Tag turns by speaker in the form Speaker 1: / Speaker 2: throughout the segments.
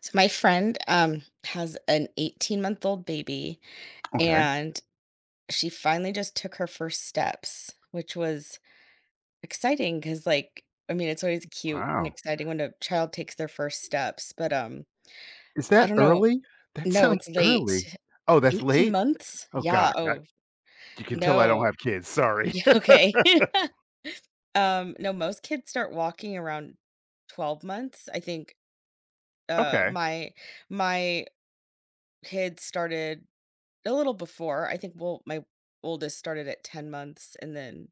Speaker 1: So my friend has an 18-month-old baby,
Speaker 2: Okay,
Speaker 1: and she finally just took her first steps, which was exciting because, like, I mean, it's always cute and
Speaker 2: wow.
Speaker 1: exciting when a child takes their first steps, but
Speaker 2: Is
Speaker 1: I
Speaker 2: that
Speaker 1: don't know.
Speaker 2: early? That
Speaker 1: No,
Speaker 2: sounds
Speaker 1: it's
Speaker 2: early.
Speaker 1: late.
Speaker 2: Oh, that's
Speaker 1: 18
Speaker 2: late?
Speaker 1: months?
Speaker 2: Oh
Speaker 1: Yeah.
Speaker 2: gosh, I
Speaker 1: Oh
Speaker 2: You can tell I don't
Speaker 1: no.
Speaker 2: have kids, sorry.
Speaker 1: Yeah, okay. No, most kids start walking around 12 months, I think. uh
Speaker 2: Okay.
Speaker 1: my my kids started a little before, I think. Well, my oldest started at 10 months, and then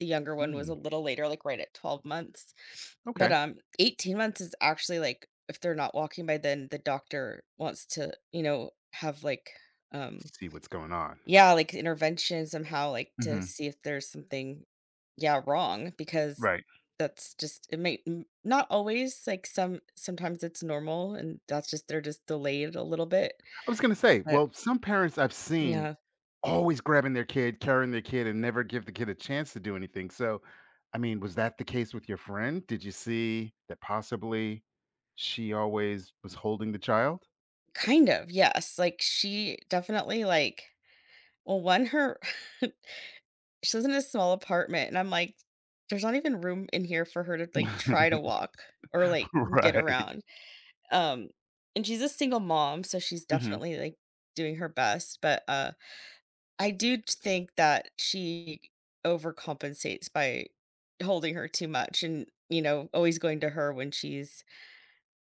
Speaker 1: the younger one was a
Speaker 2: Mm,
Speaker 1: little later, like, right at 12 months. But,
Speaker 2: okay.
Speaker 1: 18 months is actually, like, if they're not walking by then, the doctor wants to, you know, have, like, um
Speaker 2: See what's going on.
Speaker 1: yeah, like, intervention somehow, like, to
Speaker 2: Mhm,
Speaker 1: see if there's something, yeah, wrong, because
Speaker 2: right.
Speaker 1: that's just, it might n not always, like, sometimes it's normal, and that's just they're just delayed a little bit,
Speaker 2: I was gonna say,
Speaker 1: but
Speaker 2: well, some parents I've seen
Speaker 1: yeah.
Speaker 2: always grabbing their kid, carrying their kid, and never give the kid a chance to do anything, so, I mean, was that the case with your friend? Did you see that possibly she always was holding the child?
Speaker 1: Kind of, yes, like, she definitely, like, well, one, her, she lives in a small apartment, and I'm like, "There's not even room in here for her to, like, try to walk or, like, get
Speaker 2: Right.
Speaker 1: around." Um, and she's a single mom, so she's
Speaker 2: Mhm.
Speaker 1: definitely, like, doing her best, but, I do think that she overcompensates by holding her too much and, you know, always going to her when she's,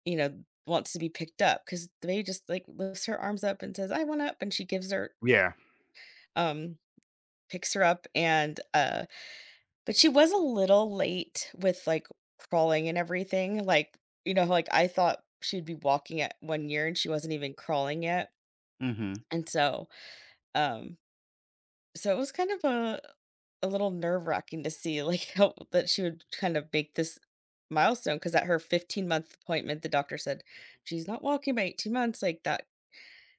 Speaker 1: you know, wants to be picked up, because the baby just like lifts her arms up and says, "I want up." And she gives her,
Speaker 2: Yeah.
Speaker 1: um, picks her up. And, but she was a little late with, like, crawling and everything. Like, you know, like, I thought she'd be walking at 1 year and she wasn't even crawling yet.
Speaker 2: Mhm.
Speaker 1: And so, um, so it was kind of a little nerve wracking to see, like, how that she would kind of make this milestone, because at her 15-month appointment the doctor said, she's not walking by 18 months, like, that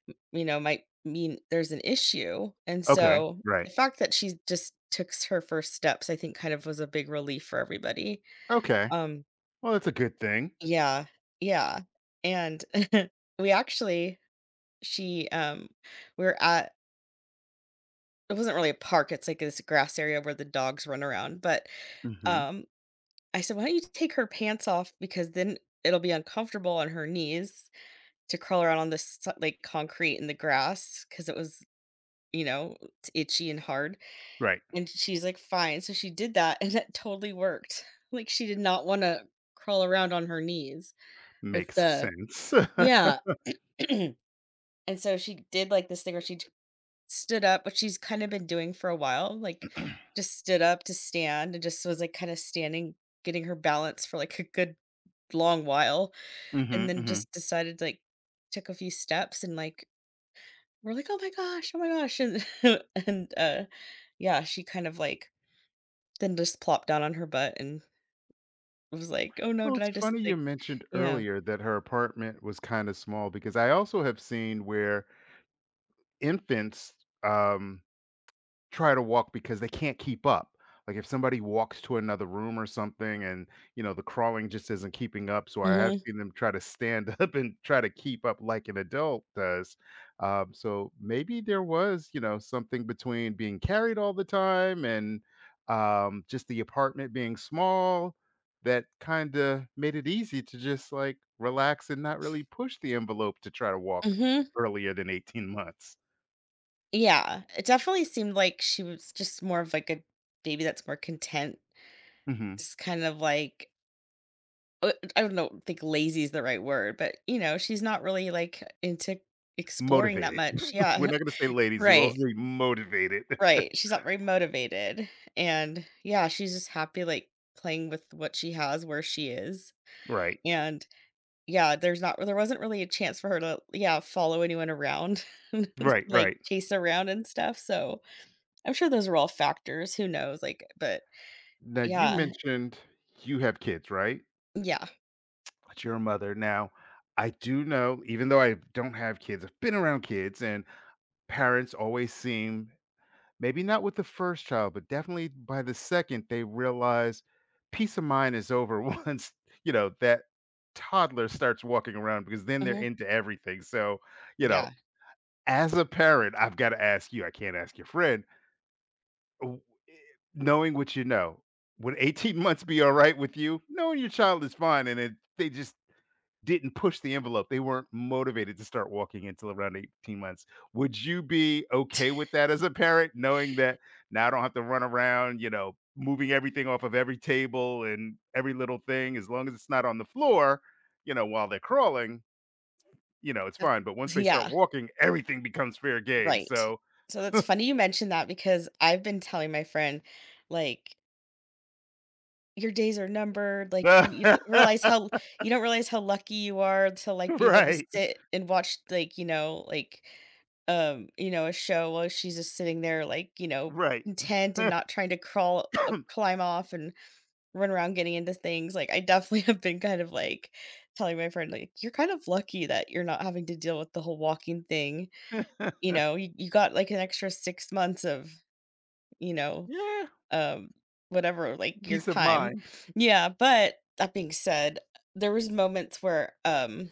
Speaker 1: m you know, might mean there's an issue. And
Speaker 2: Okay,
Speaker 1: so the
Speaker 2: right.
Speaker 1: fact that she just took s her first steps, I think, kind of was a big relief for everybody.
Speaker 2: Okay.
Speaker 1: Um
Speaker 2: Well, that's a good thing.
Speaker 1: Yeah, yeah, and we actually, she, we were at, it wasn't really a park, it's like this grass area where the dogs run around, but,
Speaker 2: Hmm.
Speaker 1: um, I said, "Why don't you take her pants off, because then it'll be uncomfortable on her knees to crawl around on this, like, concrete in the grass, because it was, you know, it's itchy and hard."
Speaker 2: Right.
Speaker 1: And she's like, "Fine." So she did that, and that totally worked. Like, she did not wanna crawl around on her knees with
Speaker 2: Makes
Speaker 1: the,
Speaker 2: sense.
Speaker 1: Yeah. And so she did, like, this thing where she t stood up, which she's kinda been doing for a while, like, just stood up to stand and just was, like, kinda standing, getting her balance for, like, a good long while,
Speaker 2: Hmm.
Speaker 1: and then
Speaker 2: Hmm.
Speaker 1: just decided, like, took a few steps and, like, we're like, "Oh my gosh, oh my gosh." And and, yeah, she kind of, like, then just plopped down on her butt, and I was like, "Oh no,
Speaker 2: Well,
Speaker 1: did
Speaker 2: it's
Speaker 1: I just,
Speaker 2: funny you
Speaker 1: like."
Speaker 2: mentioned
Speaker 1: Yeah.
Speaker 2: earlier that her apartment was kind of small because I also have seen where infants, um, try to walk because they can't keep up. Like if somebody walks to another room or something and, you know, the crawling just isn't keeping up, so I have
Speaker 1: Mhm.
Speaker 2: seen them try to stand up and try to keep up like an adult does. So maybe there was, you know, something between being carried all the time and, just the apartment being small that kind of made it easy to just like relax and not really push the envelope to try to walk
Speaker 1: Mhm.
Speaker 2: earlier than 18 months.
Speaker 1: Yeah, it definitely seemed like she was just more of, like, a baby that's more content,
Speaker 2: Mm-hmm.
Speaker 1: just kind of like, I don't know, think lazy is the right word, but, you know, she's not really, like, into exploring that
Speaker 2: Motivated.
Speaker 1: much.
Speaker 2: We're
Speaker 1: Yeah.
Speaker 2: not gonna say lazy, we'll
Speaker 1: Right.
Speaker 2: say motivated.
Speaker 1: Right. She's not very motivated. And yeah, she's just happy, like, playing with what she has where she is.
Speaker 2: Right.
Speaker 1: And yeah, there's not, there wasn't really a chance for her to, yeah, follow anyone around,
Speaker 2: Right,
Speaker 1: like,
Speaker 2: right.
Speaker 1: chase around and stuff, so I'm sure those were all factors, who knows, like, but
Speaker 2: Now you
Speaker 1: yeah,
Speaker 2: mentioned you have kids, right?
Speaker 1: yeah,
Speaker 2: But you're a mother. Now, I do know, even though I don't have kids, I've been around kids and parents always seem, maybe not with the first child, but definitely by the second, they realize peace of mind is over once, you know, that toddler starts walking around because then they're
Speaker 1: mhm,
Speaker 2: into everything. So, you know,
Speaker 1: yeah,
Speaker 2: as a parent, I've got to ask you, I can't ask your friend, w- eh, knowing what you know, would 18 months be all right with you? Knowing your child is fine, and it, they just didn't push the envelope. They weren't motivated to start walking until around 18 months. Would you be okay with that as a parent, knowing that now I don't have to run around, you know, moving everything off of every table and every little thing, as long as it's not on the floor, you know, while they're crawling, you know, it's
Speaker 1: that,
Speaker 2: fine. But once they start
Speaker 1: yeah,
Speaker 2: walking, everything becomes fair game.
Speaker 1: right.
Speaker 2: So,
Speaker 1: So that's funny you mentioned that, because I've been telling my friend, like, your days are numbered. Like, you don't
Speaker 2: right,
Speaker 1: realize how, you don't realize how lucky you are to, like, be able to sit and watch, like, you know, a show while she's just sitting there, like, you know,
Speaker 2: right.
Speaker 1: content, and not trying to crawl, climb off and run around getting into things. Like, I definitely have been kind of, like, telling my friend, like, "You're kind of lucky that you're not having to deal with the whole walking thing," you know, "You got, like, an extra 6 months of," you know,
Speaker 2: Yeah,
Speaker 1: um, whatever, like, your
Speaker 2: peace of
Speaker 1: time.
Speaker 2: mind.
Speaker 1: Yeah, but that being said, there was moments where,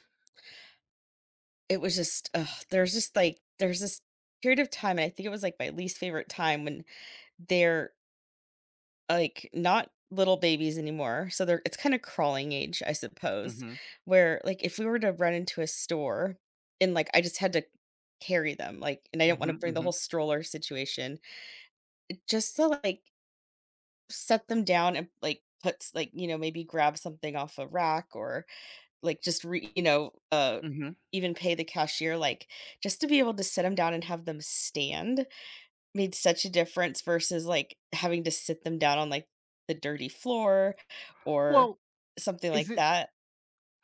Speaker 1: it was just, ugh, there's just, like, there's this period of time, and I think it was, like, my least favorite time, when they're, like, not little babies anymore, so they're it's kinda crawling age, I suppose,
Speaker 2: Mhm,
Speaker 1: where, like, if we were to run into a store and, like, I just had to carry them, like, and I didn't wanna
Speaker 2: mhm,
Speaker 1: bring the
Speaker 2: mhm,
Speaker 1: whole stroller situation, just to, like, set them down and, like, puts, like, you know, maybe grab something off a rack, or, like, just you know,
Speaker 2: mhm.
Speaker 1: even pay the cashier, like, just to be able to sit them down and have them stand made such a difference, versus, like, having to sit them down on, like, the dirty floor, or
Speaker 2: Well,
Speaker 1: something
Speaker 2: is
Speaker 1: like
Speaker 2: it?
Speaker 1: that.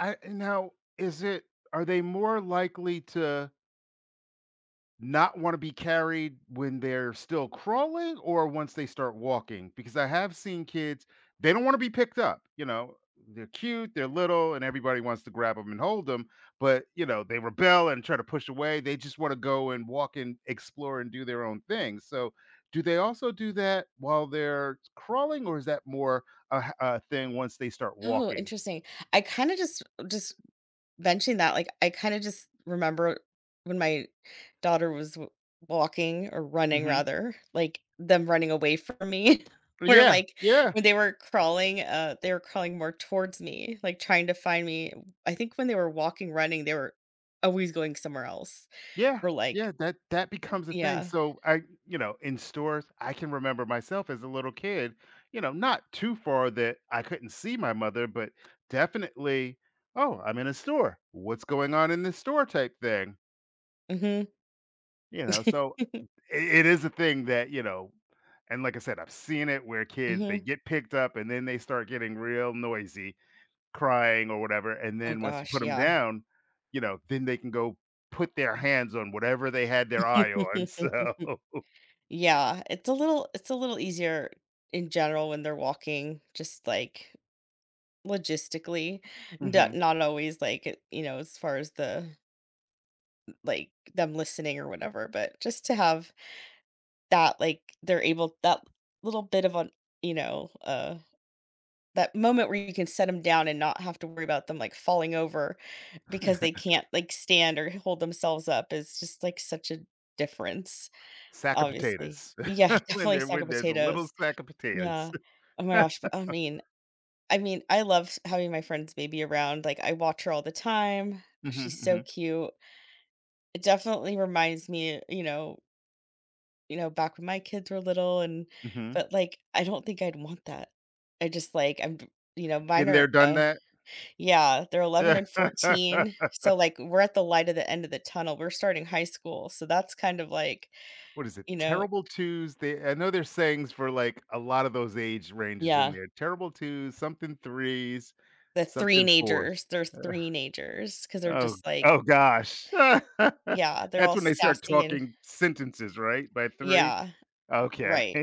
Speaker 2: I now, is it, are they more likely to not want to be carried when they're still crawling or once they start walking? Because I have seen kids, they don't want to be picked up. You know, they're cute, they're little, and everybody wants to grab them and hold them. But, you know, they rebel and try to push away. They just want to go and walk and explore and do their own thing. So, do they also do that while they're crawling, or is that more a thing once they start
Speaker 1: Oh,
Speaker 2: walking?
Speaker 1: interesting. I kind of just mentioning that, like, I kinda just remember when my daughter was w walking, or running
Speaker 2: Hmm.
Speaker 1: rather, like, them running away from me, where,
Speaker 2: Yeah.
Speaker 1: like,
Speaker 2: Yeah.
Speaker 1: when they were crawling more towards me, like, trying to find me. I think when they were walking, running, they were always going somewhere else,
Speaker 2: Yeah,
Speaker 1: or, like,
Speaker 2: yeah, that that becomes a thing,
Speaker 1: yeah.
Speaker 2: so I, you know, in stores, I can remember myself as a little kid, you know, not too far that I couldn't see my mother, but definitely, "Oh, I'm in a store. What's going on in this store?" type thing,
Speaker 1: Mhm.
Speaker 2: you know, so it is a thing that, you know, and like I said, I've seen it where kids, they
Speaker 1: Mhm.
Speaker 2: get picked up and then they start getting real noisy crying or whatever, and
Speaker 1: Oh
Speaker 2: then once you put
Speaker 1: gosh,
Speaker 2: them
Speaker 1: yeah.
Speaker 2: down, you know, then they can go put their hands on whatever they had their eye on, so
Speaker 1: Yeah, it's a little easier in general when they're walking, just, like, logistically. Do
Speaker 2: mhm.
Speaker 1: not always, like, you know, as far as the, like, them listening or whatever, but just to have that, like, they're able, that little bit of a, you know, that moment where you can set them down and not have to worry about them, like, falling over, because they can't, like, stand or hold themselves up, is just, like, such a difference,
Speaker 2: Sack of
Speaker 1: obviously.
Speaker 2: potatoes.
Speaker 1: Yeah,
Speaker 2: When
Speaker 1: definitely
Speaker 2: they're,
Speaker 1: sack of
Speaker 2: the little
Speaker 1: potatoes.
Speaker 2: sack of potatoes.
Speaker 1: Yeah. Oh my gosh, but I mean, I love having my friend's baby around, like, I watch her all the time,
Speaker 2: Mhm,
Speaker 1: she's so
Speaker 2: mhm,
Speaker 1: cute. It definitely reminds me, back when my kids were little, and
Speaker 2: mhm.
Speaker 1: but, like, I don't think I'd want that. I just, like, I'm, you know, mine
Speaker 2: Been there,
Speaker 1: are,
Speaker 2: done that.
Speaker 1: yeah, they're 11 and 14, so, like, we're at the light of the end of the tunnel, we're starting high school, so that's kind of like,
Speaker 2: What is it?
Speaker 1: you know
Speaker 2: Terrible twos. They I know there's sayings for, like, a lot of those age ranges in
Speaker 1: yeah,
Speaker 2: there. Terrible twos, something threes,
Speaker 1: the three
Speaker 2: something fours.
Speaker 1: nagers. They're three nagers because 'cause they're
Speaker 2: Oh
Speaker 1: just, like,
Speaker 2: oh gosh.
Speaker 1: yeah, they're
Speaker 2: That's
Speaker 1: all
Speaker 2: when they start
Speaker 1: sassy and,
Speaker 2: talking sentences, right? By 3?
Speaker 1: yeah,
Speaker 2: Okay.
Speaker 1: right.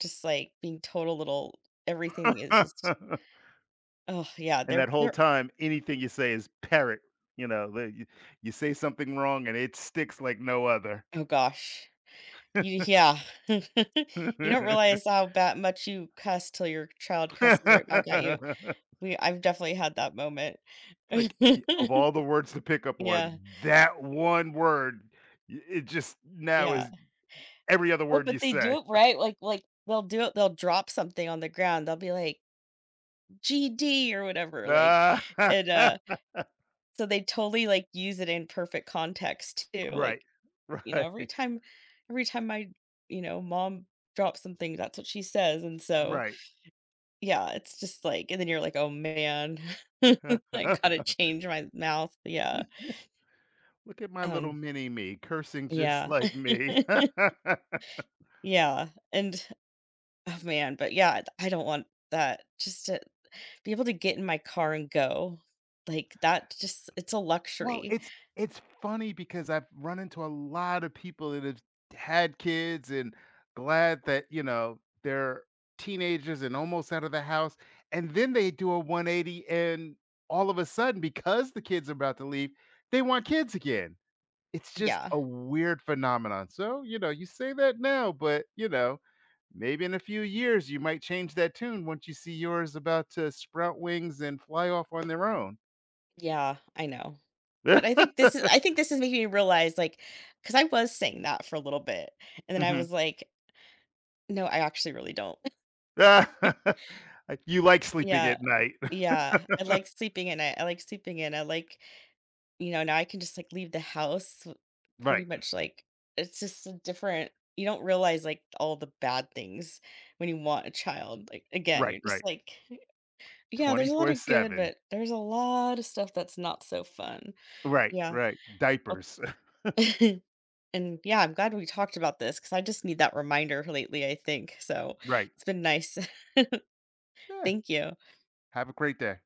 Speaker 1: Just, like, being total little, everything is just, oh, yeah,
Speaker 2: And
Speaker 1: they're
Speaker 2: that whole
Speaker 1: they're
Speaker 2: time, anything you say is parrot, you know, the you you say something wrong and it sticks like no other.
Speaker 1: oh gosh. You yeah. You don't realize how bad much you cuss till your child cusses right back at you. We I've definitely had that moment.
Speaker 2: Like, y of all the words to pick up on,
Speaker 1: Yeah,
Speaker 2: that one word, I it just now
Speaker 1: yeah.
Speaker 2: is every other
Speaker 1: Oh,
Speaker 2: word you
Speaker 1: but they
Speaker 2: say.
Speaker 1: do it right, like, they'll do it they'll drop something on the ground, they'll be like, "GD," or whatever, like,
Speaker 2: Ah,
Speaker 1: and, so they totally, like, use it in perfect context too,
Speaker 2: right.
Speaker 1: like, you know,
Speaker 2: Right.
Speaker 1: every time my, you know, mom drops something, that's what she says. And so,
Speaker 2: Right.
Speaker 1: yeah, it's just like, and then you're like, "Oh man, I gotta change my mouth." Yeah.
Speaker 2: Look at my little
Speaker 1: Um,
Speaker 2: mini me cursing just
Speaker 1: yeah.
Speaker 2: like me.
Speaker 1: Yeah, and oh man, but yeah, I don't want that. Just to be able to get in my car and go, like, that just it's a
Speaker 2: Well,
Speaker 1: luxury.
Speaker 2: it's funny because I've run into a lot of people that have had kids and glad that, you know, they're teenagers and almost out of the house. And then they do a 180 and all of a sudden, because the kids are about to leave, they want kids again. It's just
Speaker 1: Yeah.
Speaker 2: a weird phenomenon. So, you know, you say that now, but, you know, maybe in a few years you might change that tune once you see yours about to sprout wings and fly off on their own.
Speaker 1: Yeah, I know. But I think this is making me realize, like, because I was saying that for a little bit, and then I
Speaker 2: Mhm.
Speaker 1: was like, "No, I actually really don't." Like,
Speaker 2: Like, you like sleeping
Speaker 1: yeah,
Speaker 2: at night.
Speaker 1: yeah, I like sleeping in, I like sleeping in, I like, you know, now I can just, like, leave the house w pretty
Speaker 2: Right,
Speaker 1: much, like, it's just a different, you don't realize, like, all the bad things when you want a child, like, again,
Speaker 2: right,
Speaker 1: you're just
Speaker 2: right.
Speaker 1: like, yeah, there's a lot of good,
Speaker 2: 24/7.
Speaker 1: but there's a lot of stuff that's not so fun.
Speaker 2: Right,
Speaker 1: Yeah,
Speaker 2: right.
Speaker 1: well.
Speaker 2: Diapers.
Speaker 1: And yeah, I'm glad we talked about this, because I just need that reminder lately, I think. So
Speaker 2: Right.
Speaker 1: it's been nice.
Speaker 2: Yeah.
Speaker 1: Thank you.
Speaker 2: Have a great day.